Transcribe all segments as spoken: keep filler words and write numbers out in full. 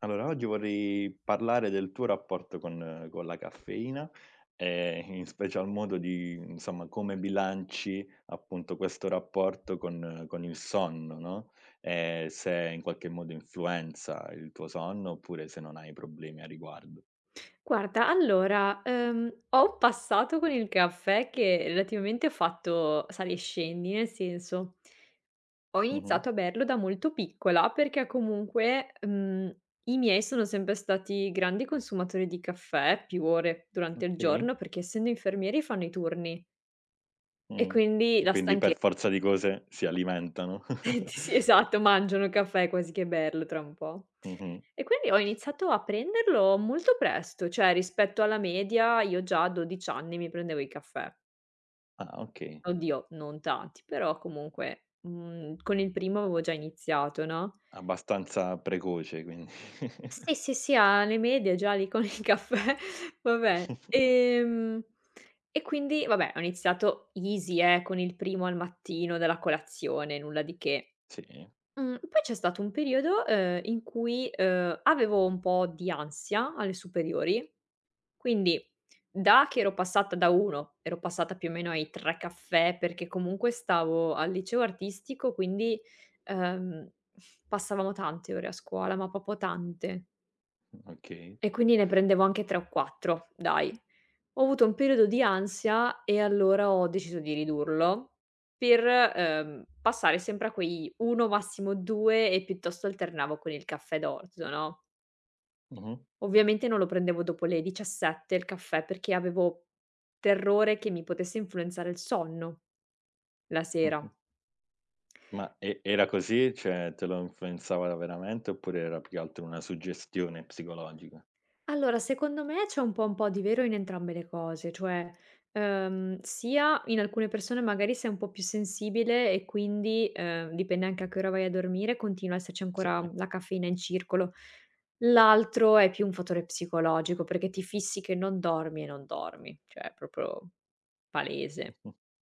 Allora, oggi vorrei parlare del tuo rapporto con con la caffeina e in special modo di, insomma, come bilanci appunto questo rapporto con con il sonno, no, e se in qualche modo influenza il tuo sonno oppure se non hai problemi a riguardo. Guarda, allora, ehm, ho un passato con il caffè che relativamente ho fatto sali e scendi, nel senso, ho Mh-mh. iniziato a berlo da molto piccola perché comunque, mhmm, i miei sono sempre stati grandi consumatori di caffè, più ore durante il Okay. giorno, perché essendo infermieri fanno i turni e Mh. quindi E la quindi stanchezza. per forza di cose si alimentano. Sì, esatto, mangiano caffè quasi che berlo tra un po'. Mh-mh. E quindi ho iniziato a prenderlo molto presto, cioè rispetto alla media io già a dodici anni mi prendevo il caffè. Ah, okay. Oddio, non tanti, però comunque, mhmm, con il primo avevo già iniziato, no? Abbastanza precoce quindi. Sì, sì, sì, alle medie già lì con il caffè. Vabbè. Ehm, e quindi vabbè, ho iniziato easy, eh, con il primo al mattino della colazione, nulla di che. Sì, Mhmm, poi c'è stato un periodo, ehm, in cui, ehm, avevo un po' di ansia alle superiori, quindi da che ero passata da uno, ero passata più o meno ai tre caffè, perché comunque stavo al liceo artistico, quindi, ehm, passavamo tante ore a scuola, ma proprio tante. okay. E quindi ne prendevo anche tre o quattro, dai. Ho avuto un periodo di ansia e allora ho deciso di ridurlo per, ehm, passare sempre a quei uno massimo due e piuttosto alternavo con il caffè d'orzo, no? Mh-mh. Ovviamente non lo prendevo dopo le diciassette il caffè perché avevo terrore che mi potesse influenzare il sonno la sera. Ma e era così? Cioè, te lo influenzava veramente oppure era più che altro una suggestione psicologica? Allora, secondo me c'è un po' un po' di vero in entrambe le cose, cioè, ehm, sia in alcune persone magari sei un po' più sensibile e quindi, ehm, dipende anche a che ora vai a dormire, continua a esserci Sì. ancora la caffeina in circolo. L'altro è più un fattore psicologico, perché ti fissi che non dormi e non dormi, cioè è proprio palese.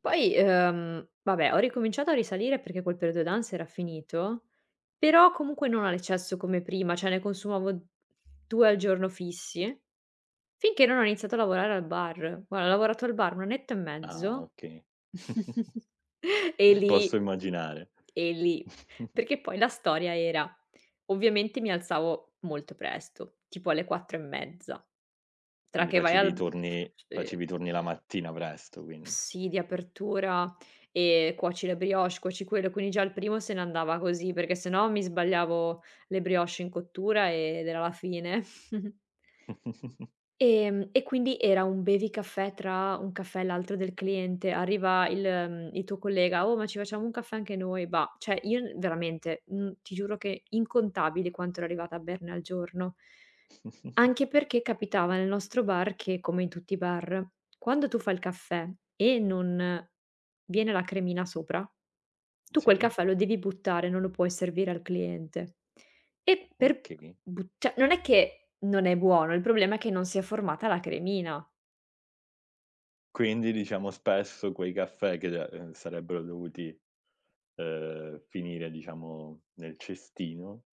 Poi, ehm, vabbè, ho ricominciato a risalire perché quel periodo danza era finito, però comunque non all'eccesso come prima, cioè ne consumavo due al giorno fissi, finché non ho iniziato a lavorare al bar. Guarda, ho lavorato al bar uno annetto e Ah, mezzo. okay. e Posso lì immaginare. e lì perché poi la storia era: ovviamente mi alzavo molto presto, tipo alle quattro e mezza. Tra Quindi che vai facevi i al. Turni sì. facevi i turni la mattina presto quindi. Sì, di apertura, ehm, cuoci le brioche, cuoci quello, quindi già il primo se ne andava così, perché se no mi sbagliavo le brioche in cottura ed era la fine. Ehm, e quindi era un bevicaffè tra un caffè e l'altro del cliente, arriva il mhmm, il tuo collega: "Oh, ma ci facciamo un caffè anche noi?" Bah, cioè io n veramente, mhmm, ti giuro che incontabili quanto ero arrivata a berne al giorno. Anche perché capitava nel nostro bar che, come in tutti i bar, quando tu fai il caffè e non viene la cremina sopra, tu quel Sì, caffè lo devi buttare, non lo puoi servire al cliente. E per okay. bu cioè non è che non è buono, il problema è che non si è formata la cremina. Quindi diciamo spesso quei caffè che de ehm, sarebbero dovuti, ehm, finire diciamo nel cestino.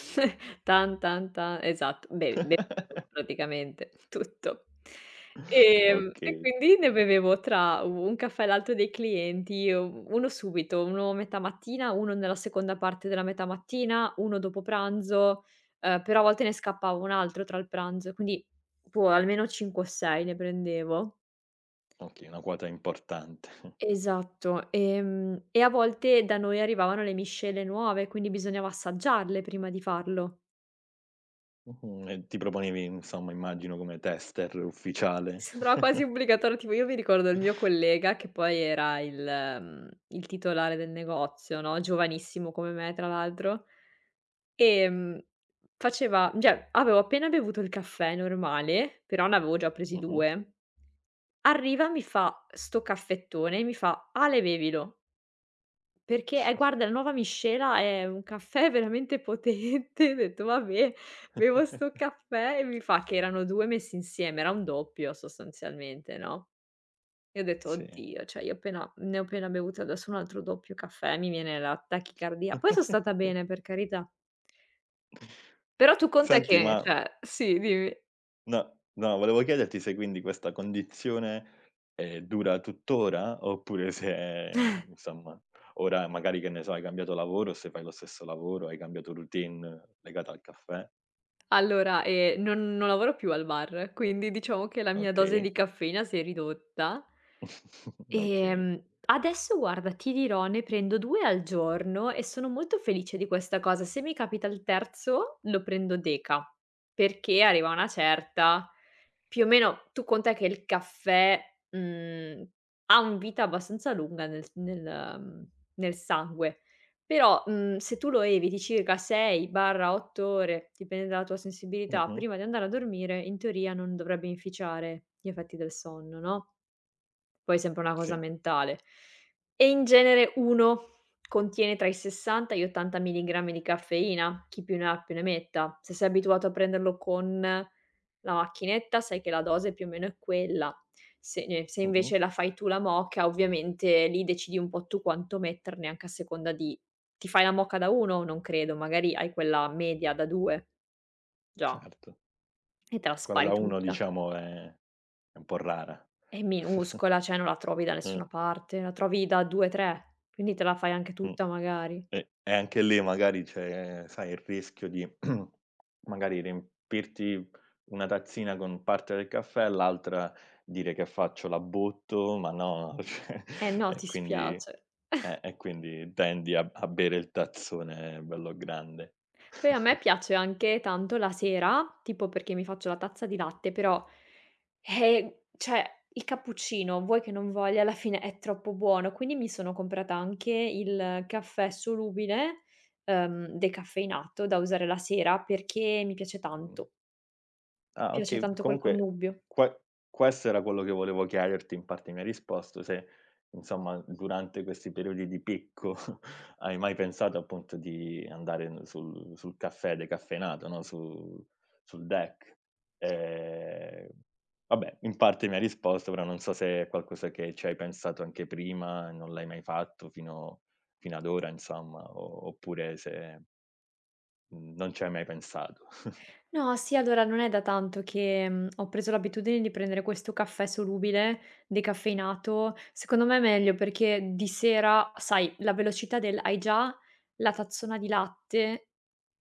Tan, tan, tan, esatto, be be praticamente tutto. Ehm, e Okay. quindi ne bevevo tra u un caffè e l'altro dei clienti, u uno subito, uno metà mattina, uno nella seconda parte della metà mattina, uno dopo pranzo, ehm, però a volte ne scappava un altro tra il pranzo, quindi boh, almeno cinque o sei ne prendevo. Okay, una quota importante. Esatto, ehm, e a volte da noi arrivavano le miscele nuove, quindi bisognava assaggiarle prima di farlo. Mh-mh, e ti proponevi insomma, immagino, come tester ufficiale. Sembrava quasi obbligatorio, tipo io mi ricordo il mio collega che poi era il mhmm, il titolare del negozio, no? Giovanissimo come me tra l'altro, ehm, faceva cioè avevo appena bevuto il caffè normale, però ne avevo già presi Mh-mh, due. Arriva, mi fa 'sto caffettone e mi fa: "Ale, bevilo". Perché eh, guarda, la nuova miscela è un caffè veramente potente. Ho detto: "Vabbè, bevo 'sto caffè", e mi fa che erano due messi insieme, era un doppio sostanzialmente, no? E ho detto: sì. "Oddio, cioè io appena ne ho appena bevuto adesso un altro doppio caffè, mi viene la tachicardia". Poi son stata bene, per carità. Però tu conta Senti, che ma cioè sì, dimmi. no, no, volevo chiederti se quindi questa condizione, ehm, dura tuttora oppure se, insomma, ora magari, che ne so, hai cambiato lavoro, se fai lo stesso lavoro, hai cambiato routine legata al caffè. Allora, ehm, non non lavoro più al bar, quindi diciamo che la mia dose di Okay. caffeina si è ridotta. Okay. Ehm, adesso guarda, ti dirò, ne prendo due al giorno e sono molto felice di questa cosa. Se mi capita il terzo, lo prendo deca, perché arriva una certa. Più o meno tu conta che il caffè, mhmm, ha un vita abbastanza lunga nel s nel mhmm, nel sangue, però, mhmm, se tu lo eviti circa sei barra otto ore, dipende dalla tua sensibilità, Mh-mh, prima di andare a dormire, in teoria non dovrebbe inficiare gli effetti del sonno, no? Poi è sempre una cosa sì, mentale. E in genere uno contiene tra i sessanta e gli ottanta milligrammi di caffeina, chi più ne ha più ne metta. Se sei abituato a prenderlo con la macchinetta, sai che la dose più o meno è quella. Se ne se mh-mh, invece la fai tu la moka, ovviamente lì decidi un po' tu quanto metterne, anche a seconda di. Ti fai la moka da uno? Non credo, magari hai quella media da due già, certo. e te la Quella spari da 1 tutta. diciamo è è un po' rara. È minuscola, cioè non la trovi da Mh, nessuna parte, la trovi da due, tre, quindi te la fai anche mh. tutta magari. E e anche lì magari c'è, sai, il rischio di magari riempirti una tazzina con parte del caffè, l'altra dire che faccio l'abbotto, ma no, cioè Eh no, e ti quindi spiace. eh, e quindi tendi a a bere il tazzone bello grande. Poi a me piace anche tanto la sera, tipo perché mi faccio la tazza di latte, però, ehm, cioè il cappuccino, vuoi che non voglia, alla fine è troppo buono, quindi mi sono comprata anche il caffè solubile, ehm, decaffeinato da usare la sera perché mi piace Mh. tanto. Mi Ah, piace okay. tanto quel Comunque connubio. que questo era quello che volevo chiederti, in parte mi hai risposto, se insomma durante questi periodi di picco hai mai pensato appunto di andare n sul sul caffè decaffeinato, no, su sul DEC. Ehm, Vabbè, in parte mi hai risposto, però non so se è qualcosa che ci hai pensato anche prima, non l'hai mai fatto fino fino ad ora insomma, o oppure se, mhmm, non ci hai mai pensato. No, sì, allora non è da tanto che, mhmm, ho preso l'abitudine di prendere questo caffè solubile, decaffeinato. Secondo me è meglio perché di sera, sai, la velocità del hai già la tazzona di latte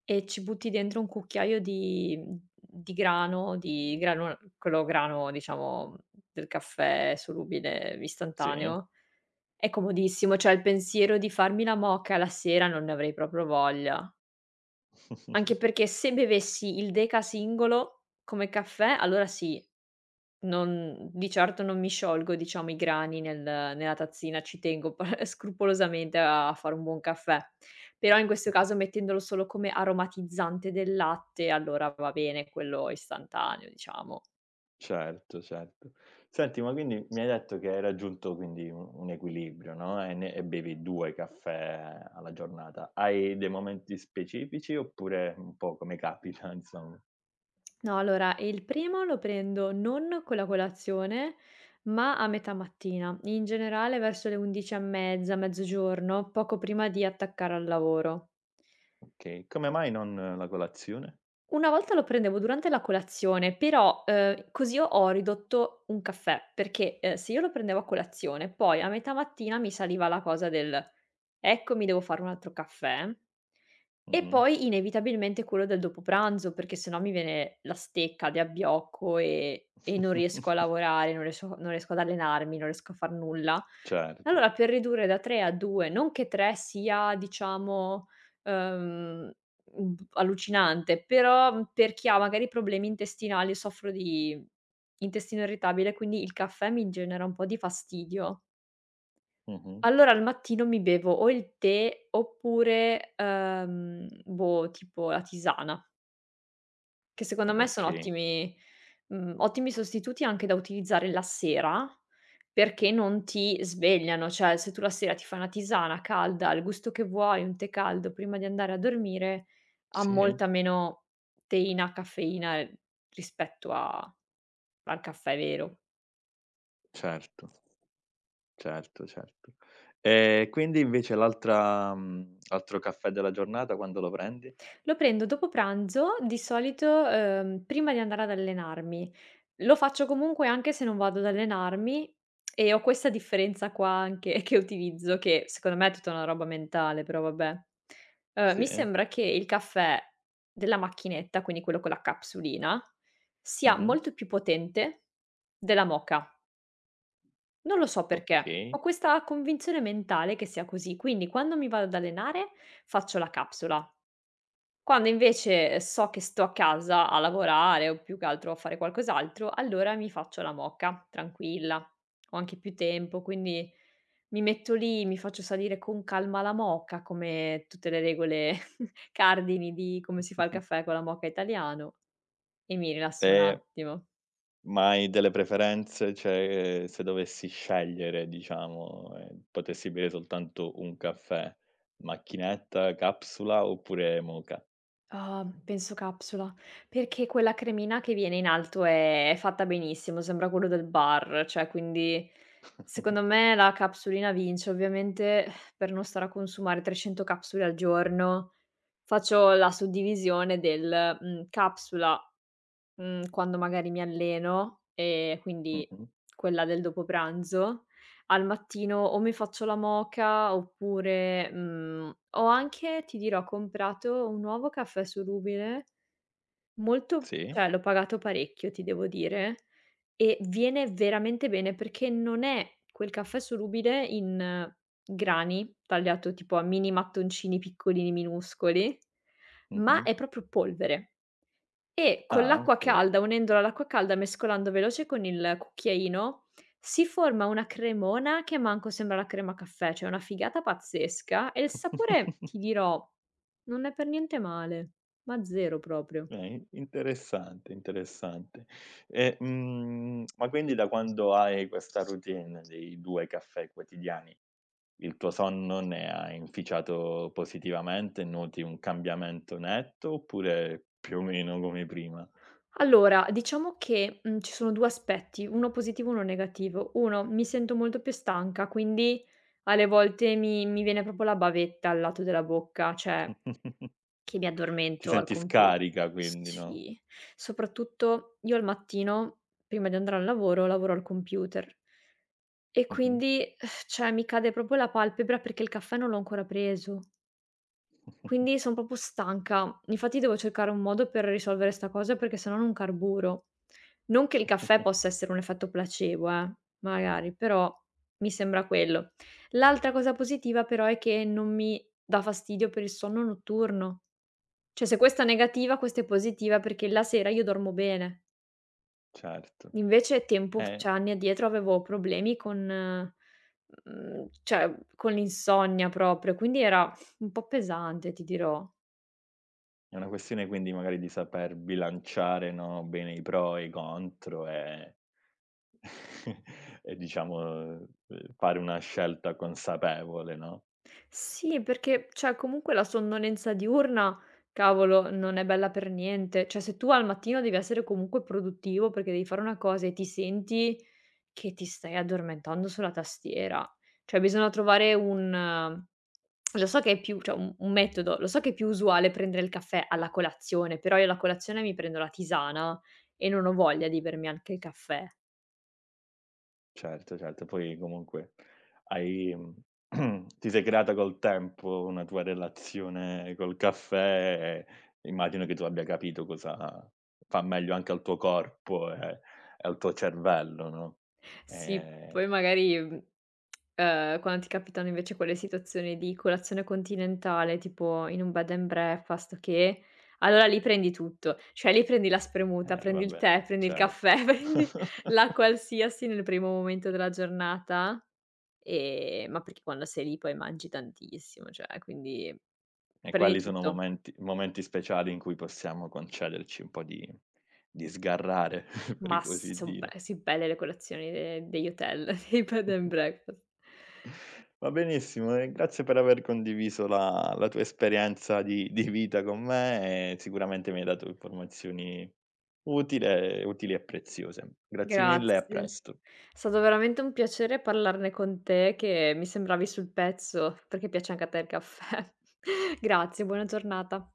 e ci butti dentro un cucchiaio di mhmm, di grano, di grano quello grano diciamo del caffè solubile Sì? istantaneo. È comodissimo, cioè il pensiero di farmi la moka la sera non ne avrei proprio voglia. Anche perché se bevessi il Deca singolo come caffè, allora sì, non di certo non mi sciolgo, diciamo, i grani nel nella tazzina, ci tengo pa scrupolosamente a fare un buon caffè. Però in questo caso mettendolo solo come aromatizzante del latte, allora va bene quello istantaneo, diciamo. Certo, certo. Senti, ma quindi mi hai detto che hai raggiunto quindi un un equilibrio, no, e ne e bevi due caffè alla giornata. Hai dei momenti specifici oppure un po' come capita, insomma? No, allora, il primo lo prendo non con la colazione, ma a metà mattina, in generale verso le undici e mezza, mezzogiorno, poco prima di attaccare al lavoro. Okay. Come mai non la colazione? Una volta lo prendevo durante la colazione, però, ehm, così ho ho ridotto un caffè, perché, ehm, se io lo prendevo a colazione, poi a metà mattina mi saliva la cosa del: "Ecco, mi devo fare un altro caffè", e Mh-mh. poi inevitabilmente quello del dopo pranzo, perché sennò mi viene la stecca di abbiocco e e non riesco a lavorare, non riesco non riesco ad allenarmi, non riesco a far nulla. Certo. Allora per ridurre da tre a due, non che tre sia diciamo, ehm Mhmm, allucinante, però, mhmm, per chi ha magari problemi intestinali, soffro di intestino irritabile, quindi il caffè mi genera un po' di fastidio. Mh-mh. Allora al mattino mi bevo o il tè oppure, ehm, boh, tipo la tisana. Che secondo me sono Okay. ottimi mhmm, ottimi sostituti anche da utilizzare la sera, perché non ti svegliano, cioè se tu la sera ti fai una tisana calda, al gusto che vuoi, un tè caldo prima di andare a dormire, ha Sì, molta meno teina, caffeina, ehm, rispetto a al caffè vero. certo, certo, certo. E quindi invece l'altra mhmm, l'altro caffè della giornata quando lo prendi? Lo prendo dopo pranzo, di solito, uhm, prima di andare ad allenarmi. Lo faccio comunque anche se non vado ad allenarmi e ho questa differenza qua anche che utilizzo, che secondo me è tutta una roba mentale, però vabbè. Uhm, mi Sì. sembra che il caffè della macchinetta, quindi quello con la capsulina, sia Mh-mh. molto più potente della moka. Non lo so perché. Ho Okay. questa convinzione mentale che sia così, quindi quando mi vado ad allenare faccio la capsula. Quando invece so che sto a casa a lavorare o più che altro a fare qualcos'altro, allora mi faccio la moka, tranquilla. Ho anche più tempo, quindi mi metto lì, mi faccio salire con calma la moka, come tutte le regole cardini di come si fa il caffè con la moka italiano e mi rilasso un E attimo. ma hai delle preferenze? Cioè, se dovessi scegliere, diciamo, e potessi bere soltanto un caffè, macchinetta, capsula oppure moka? Ah, penso capsula, perché quella cremina che viene in alto è è fatta benissimo, sembra quello del bar, cioè quindi secondo me la capsulina vince. Ovviamente eh, per non stare a consumare trecento capsule al giorno faccio la suddivisione del, mhmm, capsula. Mhmm, quando magari mi alleno, ehm, quindi Mh-mh. quella del dopo pranzo, al mattino o mi faccio la moka oppure, mhmm, ho anche, ti dirò, comprato un nuovo caffè solubile, molto Sì. cioè l'ho pagato parecchio, ti devo dire, e viene veramente bene perché non è quel caffè solubile in grani, tagliato tipo a mini mattoncini piccolini, minuscoli, ma Mh-mh. è proprio polvere. E con Ah, l'acqua okay. calda, unendola all'acqua calda, mescolando veloce con il cucchiaino, si forma una cremona che manco sembra la crema caffè, cioè una figata pazzesca e il sapore, ti dirò, non è per niente male, ma zero proprio. Okay, interessante, interessante. E, mhmm, ma quindi da quando hai questa routine dei due caffè quotidiani, il tuo sonno ne ha inficiato positivamente? Noti un cambiamento netto oppure più o meno come prima? Allora, diciamo che, mhmm, ci sono due aspetti, uno positivo e uno negativo. Uno, mi sento molto più stanca, quindi alle volte mi mi viene proprio la bavetta al lato della bocca, cioè che mi Ti addormento al senti compiu. scarica quindi, no? Sì, soprattutto io al mattino, prima di andare al lavoro, lavoro al computer e Mh-mh. quindi, cioè, mi cade proprio la palpebra perché il caffè non l'ho ancora preso. Quindi son proprio stanca. Infatti devo cercare un modo per risolvere 'sta cosa perché se no non carburo. Non che il caffè possa essere un effetto placebo, eh, magari, però mi sembra quello. L'altra cosa positiva però è che non mi dà fastidio per il sonno notturno. Cioè se questa è negativa, questa è positiva perché la sera io dormo bene. Certo. Invece tempo f Eh, cioè anni addietro avevo problemi con mhmm, cioè con l'insonnia proprio, quindi era un po' pesante, ti dirò. è una questione quindi magari di saper bilanciare, no, bene i pro e i contro e e diciamo, uhm, fare una scelta consapevole, no? Sì, perché cioè comunque la sonnolenza diurna, cavolo, non è bella per niente. Cioè se tu al mattino devi essere comunque produttivo perché devi fare una cosa e ti senti che ti stai addormentando sulla tastiera. Cioè bisogna trovare un eh, lo so che è più cioè un un metodo, lo so che è più usuale prendere il caffè alla colazione, però io alla colazione mi prendo la tisana e non ho voglia di bermi anche il caffè. Certo, certo. Poi comunque hai mhmm, ti sei creata col tempo una tua relazione col caffè e immagino che tu abbia capito cosa fa meglio anche al tuo corpo e e al tuo cervello, no, Sì, ehm, poi magari, mhmm, ehm, quando ti capitano invece quelle situazioni di colazione continentale, tipo in un bed and breakfast o che, allora lì prendi tutto. Cioè lì prendi la spremuta, eh prendi il vabbè, tè, prendi il certo. caffè, prendi la qualsiasi nel primo momento della giornata, ehm, ma perché quando sei lì poi mangi tantissimo, cioè quindi E prendi quali sono tutto. momenti momenti speciali in cui possiamo concederci un po' di di sgarrare, Ma per sì, così son be dire. sì, belle le colazioni de degli hotel. Dei bed and breakfast. Va benissimo e grazie per aver condiviso la la tua esperienza di di vita con me e sicuramente mi hai dato informazioni utile utili e preziose. Grazie mille e a Grazie. presto. È stato veramente un piacere parlarne con te che mi sembravi sul pezzo, perché piace anche a te il caffè. Grazie, buona giornata.